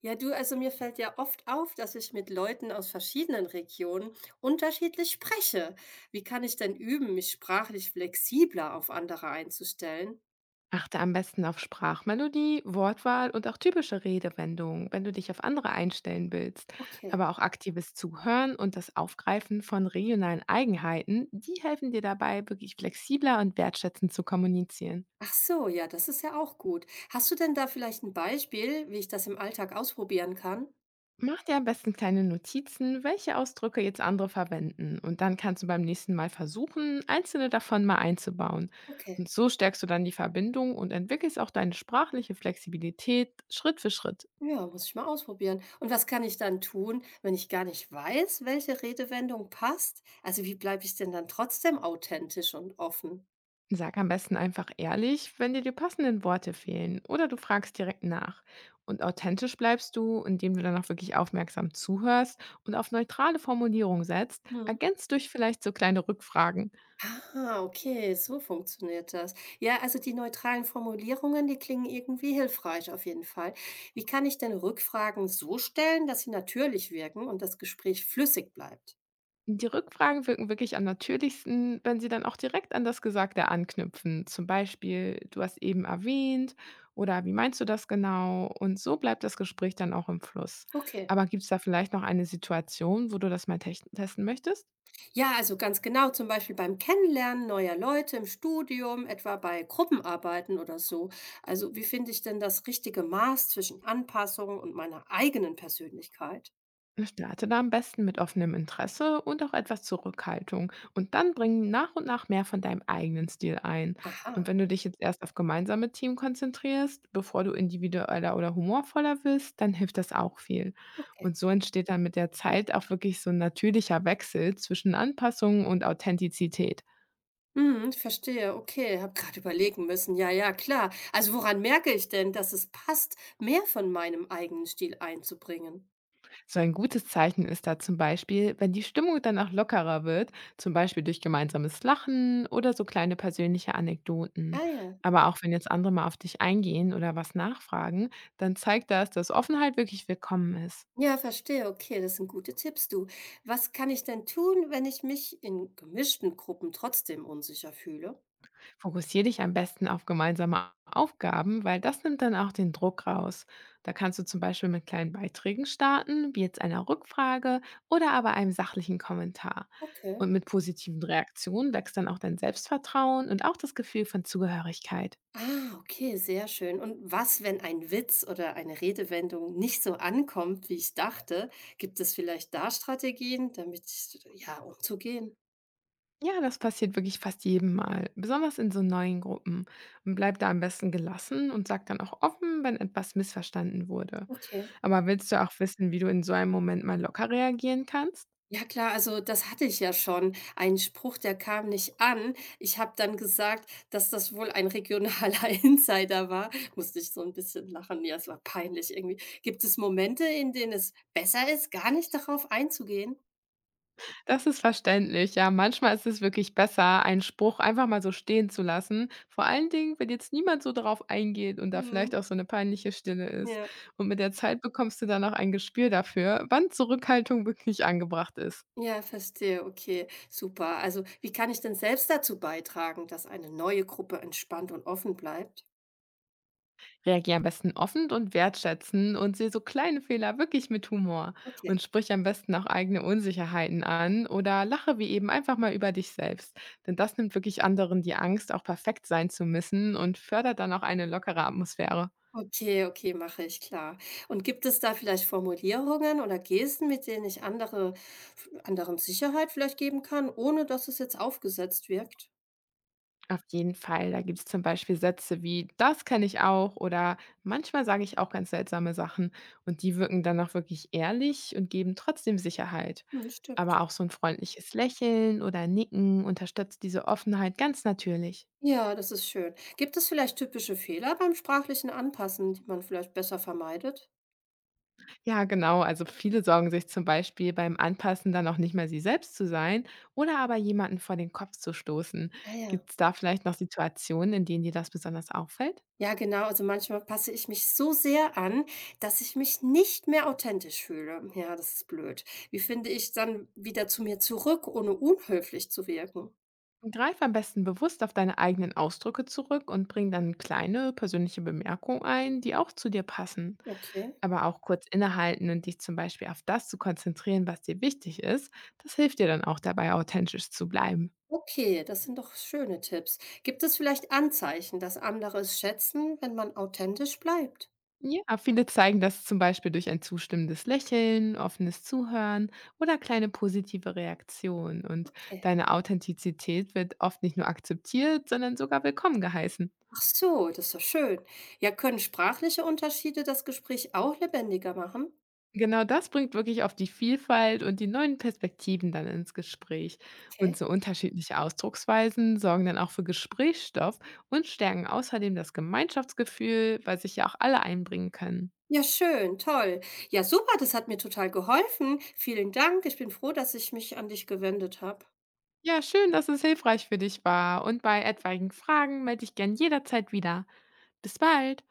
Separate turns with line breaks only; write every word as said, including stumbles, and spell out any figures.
Ja, du, also mir fällt ja oft auf, dass ich mit Leuten aus verschiedenen Regionen unterschiedlich spreche. Wie kann ich denn üben, mich sprachlich flexibler auf andere einzustellen?
Achte am besten auf Sprachmelodie, Wortwahl und auch typische Redewendungen, wenn du dich auf andere einstellen willst.
Okay.
Aber auch aktives Zuhören und das Aufgreifen von regionalen Eigenheiten, die helfen dir dabei, wirklich flexibler und wertschätzend zu kommunizieren.
Ach so, ja, das ist ja auch gut. Hast du denn da vielleicht ein Beispiel, wie ich das im Alltag ausprobieren kann?
Mach dir am besten kleine Notizen, welche Ausdrücke jetzt andere verwenden. Und dann kannst du beim nächsten Mal versuchen, einzelne davon mal einzubauen.
Okay.
Und so stärkst du dann die Verbindung und entwickelst auch deine sprachliche Flexibilität Schritt für Schritt.
Ja, muss ich mal ausprobieren. Und was kann ich dann tun, wenn ich gar nicht weiß, welche Redewendung passt? Also wie bleibe ich denn dann trotzdem authentisch und offen?
Sag am besten einfach ehrlich, wenn dir die passenden Worte fehlen oder du fragst direkt nach. Und authentisch bleibst du, indem du dann auch wirklich aufmerksam zuhörst und auf neutrale Formulierung setzt,
Hm.
ergänzt durch vielleicht so kleine Rückfragen.
Ah, okay, so funktioniert das. Ja, also die neutralen Formulierungen, die klingen irgendwie hilfreich auf jeden Fall. Wie kann ich denn Rückfragen so stellen, dass sie natürlich wirken und das Gespräch flüssig bleibt?
Die Rückfragen wirken wirklich am natürlichsten, wenn sie dann auch direkt an das Gesagte anknüpfen. Zum Beispiel, du hast eben erwähnt oder wie meinst du das genau? Und so bleibt das Gespräch dann auch im Fluss.
Okay.
Aber gibt es da vielleicht noch eine Situation, wo du das mal tech- testen möchtest?
Ja, also ganz genau, zum Beispiel beim Kennenlernen neuer Leute im Studium, etwa bei Gruppenarbeiten oder so. Also wie finde ich denn das richtige Maß zwischen Anpassung und meiner eigenen Persönlichkeit?
Starte da am besten mit offenem Interesse und auch etwas Zurückhaltung und dann bring nach und nach mehr von deinem eigenen Stil ein. Und
Aha,
wenn du dich jetzt erst auf gemeinsame Team konzentrierst, bevor du individueller oder humorvoller wirst, dann hilft das auch viel.
okay.
Und so entsteht dann mit der Zeit auch wirklich so ein natürlicher Wechsel zwischen Anpassung und Authentizität.
Mhm, ich verstehe, okay, habe gerade überlegen müssen. Ja, ja, klar. Also, woran merke ich denn, dass es passt, mehr von meinem eigenen Stil einzubringen?
So ein gutes Zeichen ist da zum Beispiel, wenn die Stimmung dann auch lockerer wird, zum Beispiel durch gemeinsames Lachen oder so kleine persönliche Anekdoten.
Ah ja.
Aber auch wenn jetzt andere mal auf dich eingehen oder was nachfragen, dann zeigt das, dass Offenheit wirklich willkommen ist.
Ja, verstehe, okay, das sind gute Tipps, du. Was kann ich denn tun, wenn ich mich in gemischten Gruppen trotzdem unsicher fühle?
Fokussiere dich am besten auf gemeinsame Aufgaben, weil das nimmt dann auch den Druck raus. Da kannst du zum Beispiel mit kleinen Beiträgen starten, wie jetzt einer Rückfrage oder aber einem sachlichen Kommentar.
Okay.
Und mit positiven Reaktionen wächst dann auch dein Selbstvertrauen und auch das Gefühl von Zugehörigkeit.
Ah, okay, sehr schön. Und was, wenn ein Witz oder eine Redewendung nicht so ankommt, wie ich dachte? Gibt es vielleicht da Strategien, damit ich, ja, umzugehen?
Ja, das passiert wirklich fast jedem Mal, besonders in so neuen Gruppen. Und bleib da am besten gelassen und sag dann auch offen, wenn etwas missverstanden wurde.
Okay.
Aber willst du auch wissen, wie du in so einem Moment mal locker reagieren kannst?
Ja klar, also das hatte ich ja schon. Ein Spruch, der kam nicht an. Ich habe dann gesagt, dass das wohl ein regionaler Insider war. Musste ich so ein bisschen lachen. Ja, es war peinlich irgendwie. Gibt es Momente, in denen es besser ist, gar nicht darauf einzugehen?
Das ist verständlich. Ja, manchmal ist es wirklich besser, einen Spruch einfach mal so stehen zu lassen. Vor allen Dingen, wenn jetzt niemand so darauf eingeht und da
Mhm.
vielleicht auch so eine peinliche Stille ist.
Ja.
Und mit der Zeit bekommst du dann auch ein Gespür dafür, wann Zurückhaltung wirklich angebracht ist.
Ja, verstehe. Okay, super. Also, wie kann ich denn selbst dazu beitragen, dass eine neue Gruppe entspannt und offen bleibt?
Reagier am besten offen und wertschätzen und sehe so kleine Fehler wirklich mit Humor. Und
Okay.
sprich am besten auch eigene Unsicherheiten an oder lache wie eben einfach mal über dich selbst. Denn das nimmt wirklich anderen die Angst, auch perfekt sein zu müssen und fördert dann auch eine lockere Atmosphäre.
Okay, okay, mache ich, klar. Und gibt es da vielleicht Formulierungen oder Gesten, mit denen ich andere, anderen Sicherheit vielleicht geben kann, ohne dass es jetzt aufgesetzt wirkt?
Auf jeden Fall. Da gibt es zum Beispiel Sätze wie „das kann ich auch“ oder manchmal sage ich auch ganz seltsame Sachen und die wirken dann auch wirklich ehrlich und geben trotzdem Sicherheit.
Hm,
Aber
stimmt.
auch so ein freundliches Lächeln oder Nicken unterstützt diese Offenheit ganz natürlich.
Ja, das ist schön. Gibt es vielleicht typische Fehler beim sprachlichen Anpassen, die man vielleicht besser vermeidet?
Ja, genau. Also viele sorgen sich zum Beispiel beim Anpassen dann auch nicht mehr sie selbst zu sein oder aber jemanden vor den Kopf zu stoßen.
Ah ja.
Gibt es da vielleicht noch Situationen, in denen dir das besonders auffällt?
Ja, genau. Also manchmal passe ich mich so sehr an, dass ich mich nicht mehr authentisch fühle. Ja, das ist blöd. Wie finde ich dann wieder zu mir zurück, ohne unhöflich zu wirken?
Greif am besten bewusst auf deine eigenen Ausdrücke zurück und bring dann kleine persönliche Bemerkungen ein, die auch zu dir passen.
Okay.
Aber auch kurz innehalten und dich zum Beispiel auf das zu konzentrieren, was dir wichtig ist, das hilft dir dann auch dabei, authentisch zu bleiben.
Okay, das sind doch schöne Tipps. Gibt es vielleicht Anzeichen, dass andere es schätzen, wenn man authentisch bleibt?
Ja, viele zeigen das zum Beispiel durch ein zustimmendes Lächeln, offenes Zuhören oder kleine positive Reaktionen. Und
Okay.
deine Authentizität wird oft nicht nur akzeptiert, sondern sogar willkommen geheißen.
Ach so, das ist doch schön. Ja, können sprachliche Unterschiede das Gespräch auch lebendiger machen?
Genau das bringt wirklich auf die Vielfalt und die neuen Perspektiven dann ins Gespräch. Und
Okay.
so unterschiedliche Ausdrucksweisen sorgen dann auch für Gesprächsstoff und stärken außerdem das Gemeinschaftsgefühl, weil sich ja auch alle einbringen können.
Ja, schön, toll. Ja, super, das hat mir total geholfen. Vielen Dank. Ich bin froh, dass ich mich an dich gewendet habe.
Ja, schön, dass es hilfreich für dich war. Und bei etwaigen Fragen melde ich gern jederzeit wieder. Bis bald!